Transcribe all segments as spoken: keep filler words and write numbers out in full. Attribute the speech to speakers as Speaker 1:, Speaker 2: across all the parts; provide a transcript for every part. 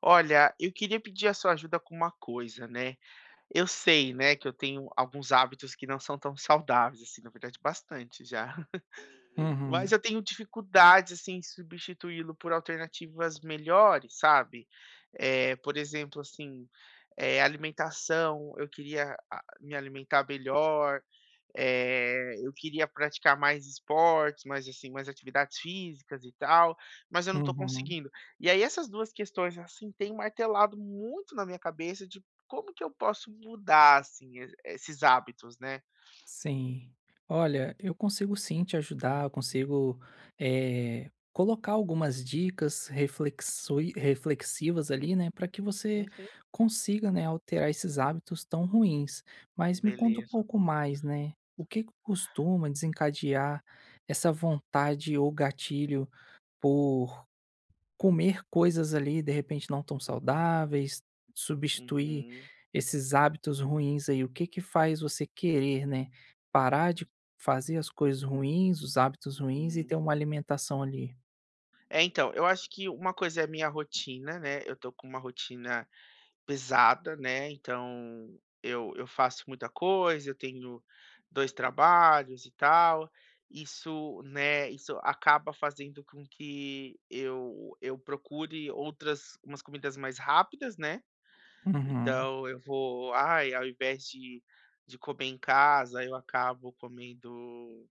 Speaker 1: Olha, eu queria pedir a sua ajuda com uma coisa, né. Eu sei, né, que eu tenho alguns hábitos que não são tão saudáveis, assim, na verdade bastante já, mas
Speaker 2: Uhum,
Speaker 1: eu tenho dificuldades, assim, em substituí-lo por alternativas melhores, sabe. Eh, por exemplo, assim, eh, alimentação, eu queria a me alimentar melhor, eh, eu queria praticar mais esportes, mais, assim, mais atividades físicas e tal, mas eu não tô
Speaker 2: uhum,
Speaker 1: conseguindo. E aí essas duas questões, assim, têm martelado muito na minha cabeça de como que eu posso mudar, assim, e esses hábitos, né.
Speaker 2: sim. Olha, eu consigo sim te ajudar, eu consigo, eh, colocar algumas dicas reflexui reflexivas ali, né, para que você
Speaker 1: Uhum.
Speaker 2: consiga, né, alterar esses hábitos tão ruins. Mas me conta um
Speaker 1: Beleza.
Speaker 2: pouco mais, né, o que que costuma desencadear essa vontade ou gatilho por comer coisas ali, de repente, não tão saudáveis, substituir
Speaker 1: Uhum,
Speaker 2: esses hábitos ruins aí. O que que faz você querer, né, parar de fazer as coisas ruins, os hábitos ruins e
Speaker 1: uhum.
Speaker 2: ter uma alimentação ali?
Speaker 1: É, então, eu acho que uma coisa é a minha rotina, né, eu tô com uma rotina pesada, né, então eu eu faço muita coisa, eu tenho dois trabalhos e tal. Isso, né, isso acaba fazendo com que eu eu procure outras umas comidas mais rápidas, né,
Speaker 2: Uhum,
Speaker 1: então eu vou ai, ao invés de de comer em casa, eu acabo comendo,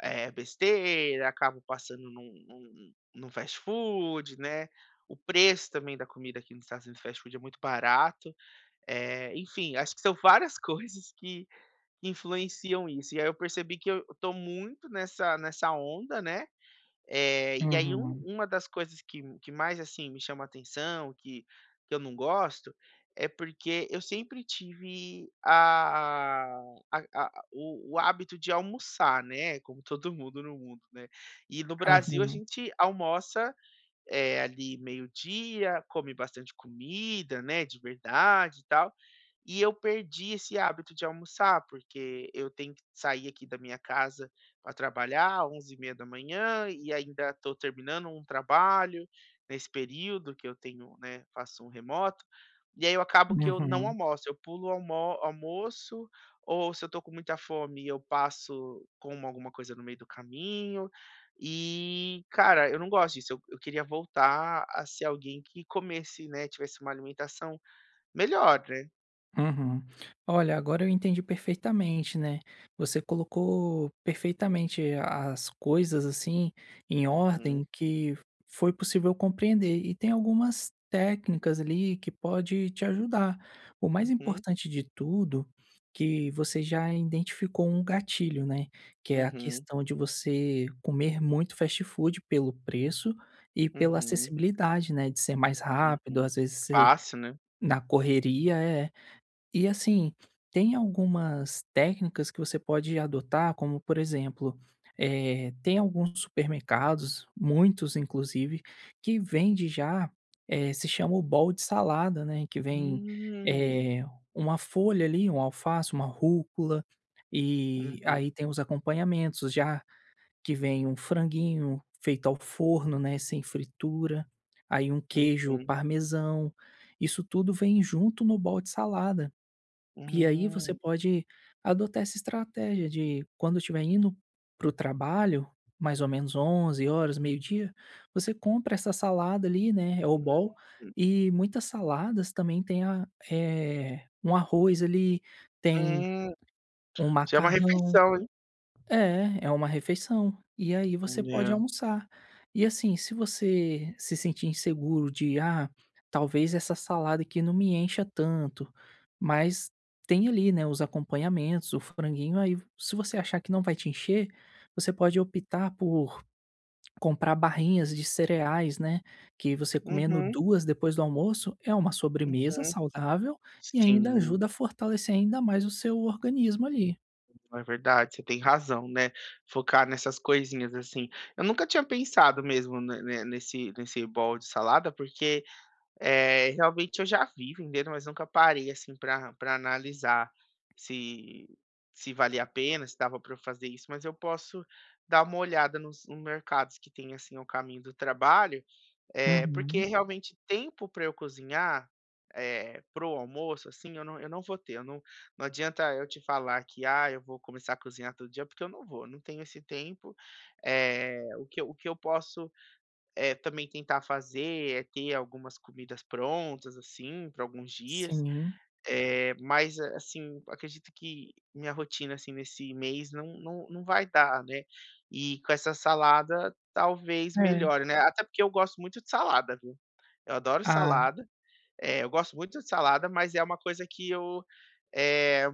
Speaker 1: eh, besteira, acabo passando num num num fast food, né. O preço também da comida aqui nos Estados Unidos, fast food, é muito barato, eh, enfim, acho que são várias coisas que influenciam isso. E aí eu percebi que eu tô muito nessa nessa onda, né. Eh, e aí um
Speaker 2: uhum,
Speaker 1: uma das coisas que que mais, assim, me chama atenção, que que eu não gosto, é porque eu sempre tive a a a o o hábito de almoçar, né, como todo mundo no mundo, né. E no Brasil a
Speaker 2: aham,
Speaker 1: gente almoça eh, ali meio-dia, come bastante comida, né, de verdade e tal. E eu perdi esse hábito de almoçar, porque eu tenho que sair aqui da minha casa para trabalhar onze e meia da manhã e ainda estou terminando um trabalho nesse período que eu tenho, né, faço um remoto. E aí eu acabo que eu não
Speaker 2: uhum.
Speaker 1: almoço, eu pulo o almo almoço, ou se eu estou com muita fome, eu passo como alguma coisa no meio do caminho. E, cara, eu não gosto disso. Eu eu queria voltar a ser alguém que comesse, né, tivesse uma alimentação melhor, né.
Speaker 2: Uhum. Olha, agora eu entendi perfeitamente, né? Você colocou perfeitamente as coisas assim em ordem
Speaker 1: Uhum,
Speaker 2: que foi possível compreender e tem algumas técnicas ali que pode te ajudar. O mais
Speaker 1: uhum,
Speaker 2: importante de tudo que você já identificou um gatilho, né? Que é a
Speaker 1: uhum,
Speaker 2: questão de você comer muito fast food pelo preço e pela
Speaker 1: uhum,
Speaker 2: acessibilidade, né? De ser mais rápido,
Speaker 1: uhum.
Speaker 2: às vezes ser
Speaker 1: Fácil, né.
Speaker 2: na correria é e assim, tem algumas técnicas que você pode adotar, como por exemplo, eh, tem alguns supermercados, muitos inclusive, que vende já, eh, se chama o bowl de salada, né, que vem,
Speaker 1: Hum.
Speaker 2: eh, uma folha ali, um alface, uma rúcula, e
Speaker 1: Uhum,
Speaker 2: aí tem os acompanhamentos já, que vem um franguinho feito ao forno, né, sem fritura, aí um queijo
Speaker 1: uhum.
Speaker 2: parmesão, isso tudo vem junto no bowl de salada. E aí você
Speaker 1: Hum,
Speaker 2: pode adotar essa estratégia de quando estiver indo para o trabalho, mais ou menos onze horas, meio-dia, você compra essa salada ali, né, é o bowl,
Speaker 1: hum,
Speaker 2: e muitas saladas também tem a eh, um arroz ali, tem
Speaker 1: hum.
Speaker 2: um
Speaker 1: Já é uma
Speaker 2: macarrão,
Speaker 1: refeição, hein.
Speaker 2: é, é uma refeição. E aí você pode
Speaker 1: É.
Speaker 2: almoçar. E assim, se você se sentir inseguro de, ah, talvez essa salada aqui não me encha tanto, mas tem ali, né, os acompanhamentos, o franguinho, aí se você achar que não vai te encher, você pode optar por comprar barrinhas de cereais, né, que você comendo
Speaker 1: Uhum,
Speaker 2: duas depois do almoço é uma sobremesa
Speaker 1: hum.
Speaker 2: saudável e ainda
Speaker 1: Sim.
Speaker 2: ajuda a fortalecer ainda mais o seu organismo ali.
Speaker 1: É verdade, você tem razão, né, focar nessas coisinhas, assim. Eu nunca tinha pensado mesmo ne ne nesse nesse bowl de salada, porque eh, realmente eu já vi vendendo, mas nunca parei, assim, para para analisar se se valia a pena, se dava para eu fazer isso, mas eu posso dar uma olhada nos no mercados que tem, assim, ao caminho do trabalho, é porque
Speaker 2: Uhum,
Speaker 1: realmente tempo para eu cozinhar, eh, para o almoço, assim, eu não eu não vou ter, eu não não adianta eu te falar que: "Ah, eu vou começar a cozinhar todo dia", porque eu não vou, não tenho esse tempo. É o que eu o que eu posso é também tentar fazer, é ter algumas comidas prontas, assim, para alguns dias.
Speaker 2: sim.
Speaker 1: É mas, a- assim, acredito que minha rotina, assim, nesse mês não não não vai dar, né. E com essa salada talvez
Speaker 2: É.
Speaker 1: melhore, né, até porque eu gosto muito de salada, viu. Eu adoro
Speaker 2: Ah,
Speaker 1: salada, é eu gosto muito de salada, mas é uma coisa que eu, eh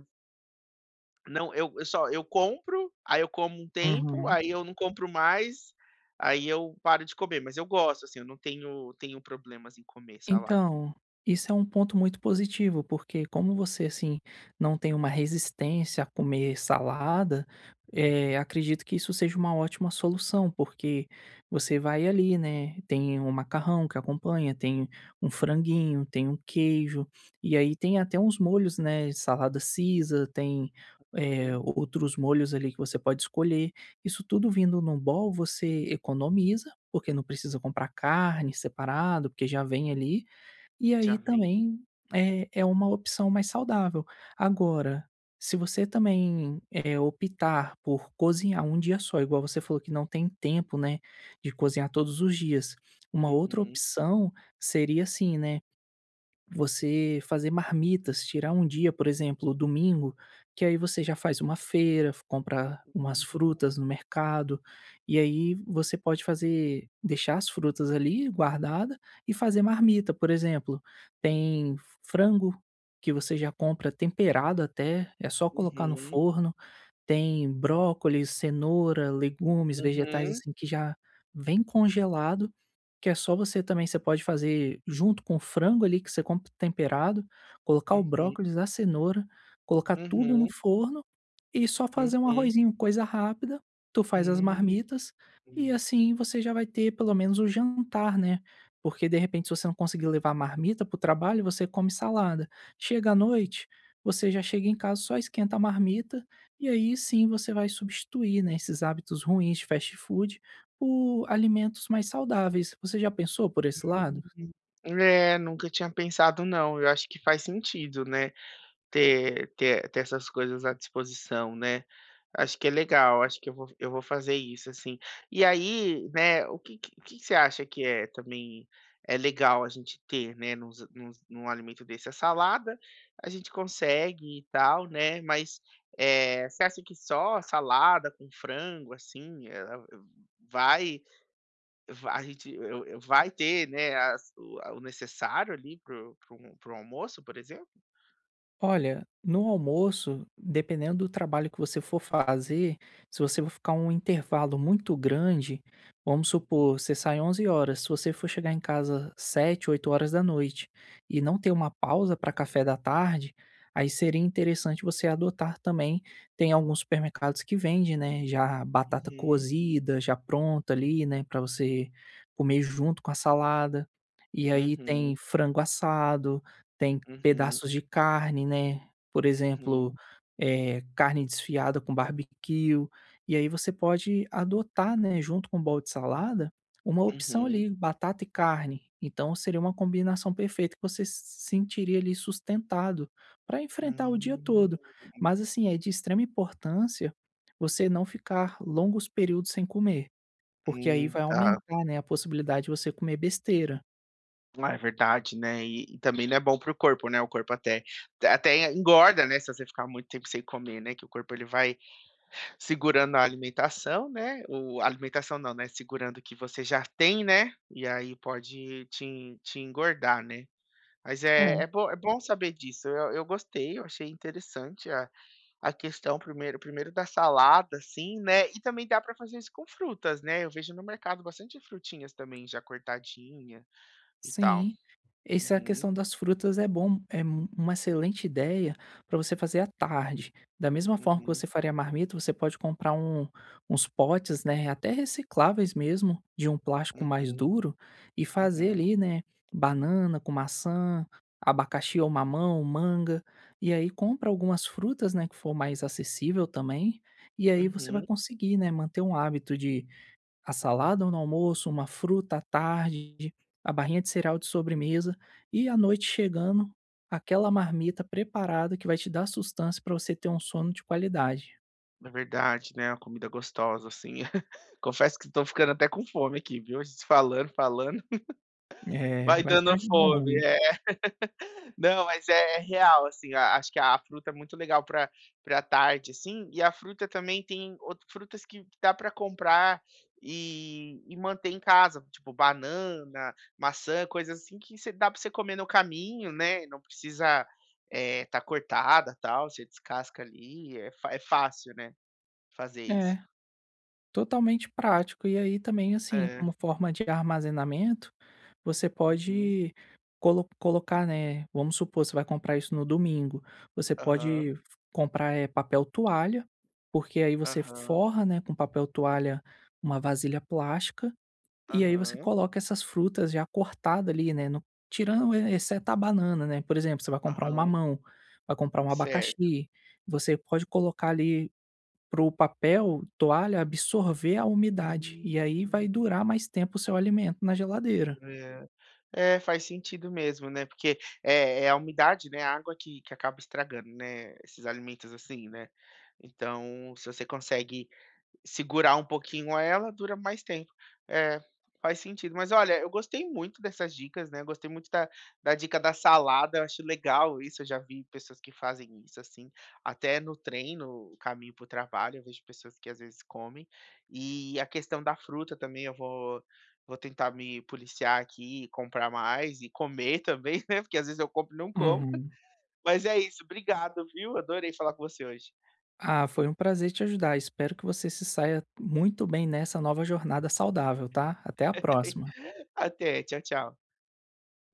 Speaker 1: não, eu eu só eu compro, aí eu como um tempo,
Speaker 2: uhum.
Speaker 1: aí eu não compro mais, aí eu paro de comer, mas eu gosto, assim, eu não tenho tenho problemas em comer salada.
Speaker 2: Então, isso é um ponto muito positivo, porque como você, assim, não tem uma resistência a comer salada, é acredito que isso seja uma ótima solução, porque você vai ali, né, tem um macarrão que acompanha, tem um franguinho, tem um queijo, e aí tem até uns molhos, né, salada Caesar, tem, eh,
Speaker 1: Uhum.
Speaker 2: outros molhos ali que você pode escolher. Isso tudo vindo num bowl, você economiza porque não precisa comprar carne separado, porque já vem ali, e
Speaker 1: Já
Speaker 2: aí
Speaker 1: vem.
Speaker 2: também é é uma opção mais saudável. Agora, se você também, eh, optar por cozinhar um dia só, igual você falou que não tem tempo, né, de cozinhar todos os dias, uma outra
Speaker 1: Uhum.
Speaker 2: opção seria assim, né, você fazer marmitas, tirar um dia, por exemplo, domingo, que aí você já faz uma feira, f- compra umas frutas no
Speaker 1: Hum.
Speaker 2: mercado, e aí você pode fazer, deixar as frutas ali guardada e fazer marmita, por exemplo. Tem frango que você já compra temperado até, é só colocar no
Speaker 1: Uhum.
Speaker 2: forno. Tem brócolis, cenoura, legumes, vegetais,
Speaker 1: Uhum.
Speaker 2: assim, que já vem congelado, que é só você também você pode fazer junto com o frango ali que você compra temperado, colocar o
Speaker 1: Uhum.
Speaker 2: brócolis, a cenoura, colocar tudo no
Speaker 1: Uhum.
Speaker 2: forno e só fazer um
Speaker 1: Uhum.
Speaker 2: arrozinho, coisa rápida. Tu faz as
Speaker 1: Hum.
Speaker 2: marmitas e
Speaker 1: Hum.
Speaker 2: assim você já vai ter pelo menos o jantar, né. Porque de repente se você não conseguir levar a marmita para o trabalho, você come salada. Chega à noite, você já chega em casa, só esquenta a marmita e aí sim você vai substituir, né, esses hábitos ruins de fast food por alimentos mais saudáveis. Você já pensou por esse lado?
Speaker 1: Hum. É, nunca tinha pensado não, eu acho que faz sentido, né, ter ter ter essas coisas à disposição, né. Acho que é legal, acho que eu vou eu vou fazer isso, assim. E aí, né, o que que o que que você acha que é também é legal a gente ter, né, Num num alimento desse? A salada a gente consegue e tal, né, mas, eh, você acha que só salada com frango, assim, ela vai va a gente eu eu vai ter, né, as o a o necessário ali pro pro para um um almoço, por exemplo?
Speaker 2: Olha, no almoço, dependendo do trabalho que você for fazer, se você for ficar um intervalo muito grande, vamos
Speaker 1: Uhum.
Speaker 2: supor, você sai onze horas, se você for chegar em casa sete, oito horas da noite e não ter uma pausa para café da tarde, aí seria interessante você adotar também. Tem alguns supermercados que vendem, né, já batata
Speaker 1: Uhum.
Speaker 2: cozida, já pronta ali, né, para você comer junto com a salada. E aí
Speaker 1: Uhum.
Speaker 2: tem frango assado, tem
Speaker 1: Uhum.
Speaker 2: pedaços de carne, né, por
Speaker 1: Uhum.
Speaker 2: exemplo, eh, carne desfiada com barbecue, e aí você pode adotar, né, junto com o bowl de salada, uma opção
Speaker 1: Uhum.
Speaker 2: ali, batata e carne. Então seria uma combinação perfeita que você se sentiria ali sustentado para enfrentar o dia
Speaker 1: Hum,
Speaker 2: todo. Mas assim, é de extrema importância você não ficar longos períodos sem comer, porque aí
Speaker 1: hum,
Speaker 2: vai
Speaker 1: tá.
Speaker 2: aumentar, né, a possibilidade de você comer besteira.
Speaker 1: Ah, é verdade, né, e e também não é bom para o corpo, né, o corpo até até engorda, né, se você ficar muito tempo sem comer, né, que o corpo ele vai segurando a alimentação, né, o a alimentação não, né, segurando o que você já tem, né, e aí pode te te engordar, né. Mas
Speaker 2: É.
Speaker 1: é é bom é bom saber disso, eu eu gostei, eu achei interessante. A questão primeiro primeiro da salada, assim, né, e também dá para fazer isso com frutas, né, eu vejo no mercado bastante frutinhas também já cortadinha e tal.
Speaker 2: Sim, essa
Speaker 1: Uhum,
Speaker 2: questão das frutas é bom, é um uma excelente ideia para você fazer à tarde. Da mesma forma que
Speaker 1: uhum,
Speaker 2: você faria a marmita, você pode comprar um uns potes, né, até recicláveis mesmo, de um plástico mais
Speaker 1: uhum,
Speaker 2: duro, e fazer
Speaker 1: uhum,
Speaker 2: ali, né, banana com maçã, abacaxi ou mamão, manga, e aí compra algumas frutas, né, que for mais acessível também, e aí você vai
Speaker 1: uhum.
Speaker 2: conseguir, né, manter um hábito de a salada no almoço, uma fruta à tarde, a barrinha de cereal de sobremesa e à noite chegando, aquela marmita preparada que vai te dar sustância para você ter um sono de qualidade.
Speaker 1: É verdade, né, uma comida gostosa, assim. Confesso que estou ficando até com fome aqui, viu, a gente falando, falando,
Speaker 2: É,
Speaker 1: vai
Speaker 2: vai te
Speaker 1: dando
Speaker 2: ajudar
Speaker 1: fome.
Speaker 2: muito.
Speaker 1: É. Não, mas é é real, assim, a acho que a fruta é muito legal para pra tarde, assim, e a fruta também tem outras frutas que dá para comprar e e manter em casa, tipo banana, maçã, coisas assim que você dá para você comer no caminho, né, não precisa, eh, tá cortada, tal, você descasca ali, é fa é fácil, né, fazer isso.
Speaker 2: É. Totalmente prático. E aí também, assim,
Speaker 1: É.
Speaker 2: como forma de armazenamento, você
Speaker 1: Uhum.
Speaker 2: pode colo colocar, né, vamos supor, você vai comprar isso no domingo, você
Speaker 1: Aham.
Speaker 2: pode f comprar, eh, papel toalha, porque aí você
Speaker 1: Aham.
Speaker 2: forra, né, com papel toalha uma vasilha plástica, e aí você
Speaker 1: Aham.
Speaker 2: coloca essas frutas já cortada ali, né, no tirando e exceto a banana, né, por exemplo, você vai comprar um
Speaker 1: Aham.
Speaker 2: mamão, vai comprar um
Speaker 1: Certo.
Speaker 2: abacaxi, você pode colocar ali para o papel toalha absorver a umidade, e
Speaker 1: Hum.
Speaker 2: aí vai durar mais tempo o seu alimento na geladeira.
Speaker 1: É. É, faz sentido mesmo, né, porque é é a umidade, né, a água que que acaba estragando, né, esses alimentos assim, né. Então, se você consegue segurar um pouquinho ela, dura mais tempo. É, faz sentido. Mas olha, eu gostei muito dessas dicas, né, gostei muito da da dica da salada, eu acho legal isso, eu já vi pessoas que fazem isso, assim, até no trem, no caminho para o trabalho, eu vejo pessoas que às vezes comem. E a questão da fruta também eu vou vou tentar me policiar aqui comprar mais e comer também, né, porque às vezes eu compro e não como.
Speaker 2: Uhum.
Speaker 1: Mas é isso, obrigado, viu, adorei falar com você hoje.
Speaker 2: Ah, foi um prazer te ajudar. Espero que você se saia muito bem nessa nova jornada saudável, tá? Até a próxima.
Speaker 1: Até, tchau, tchau.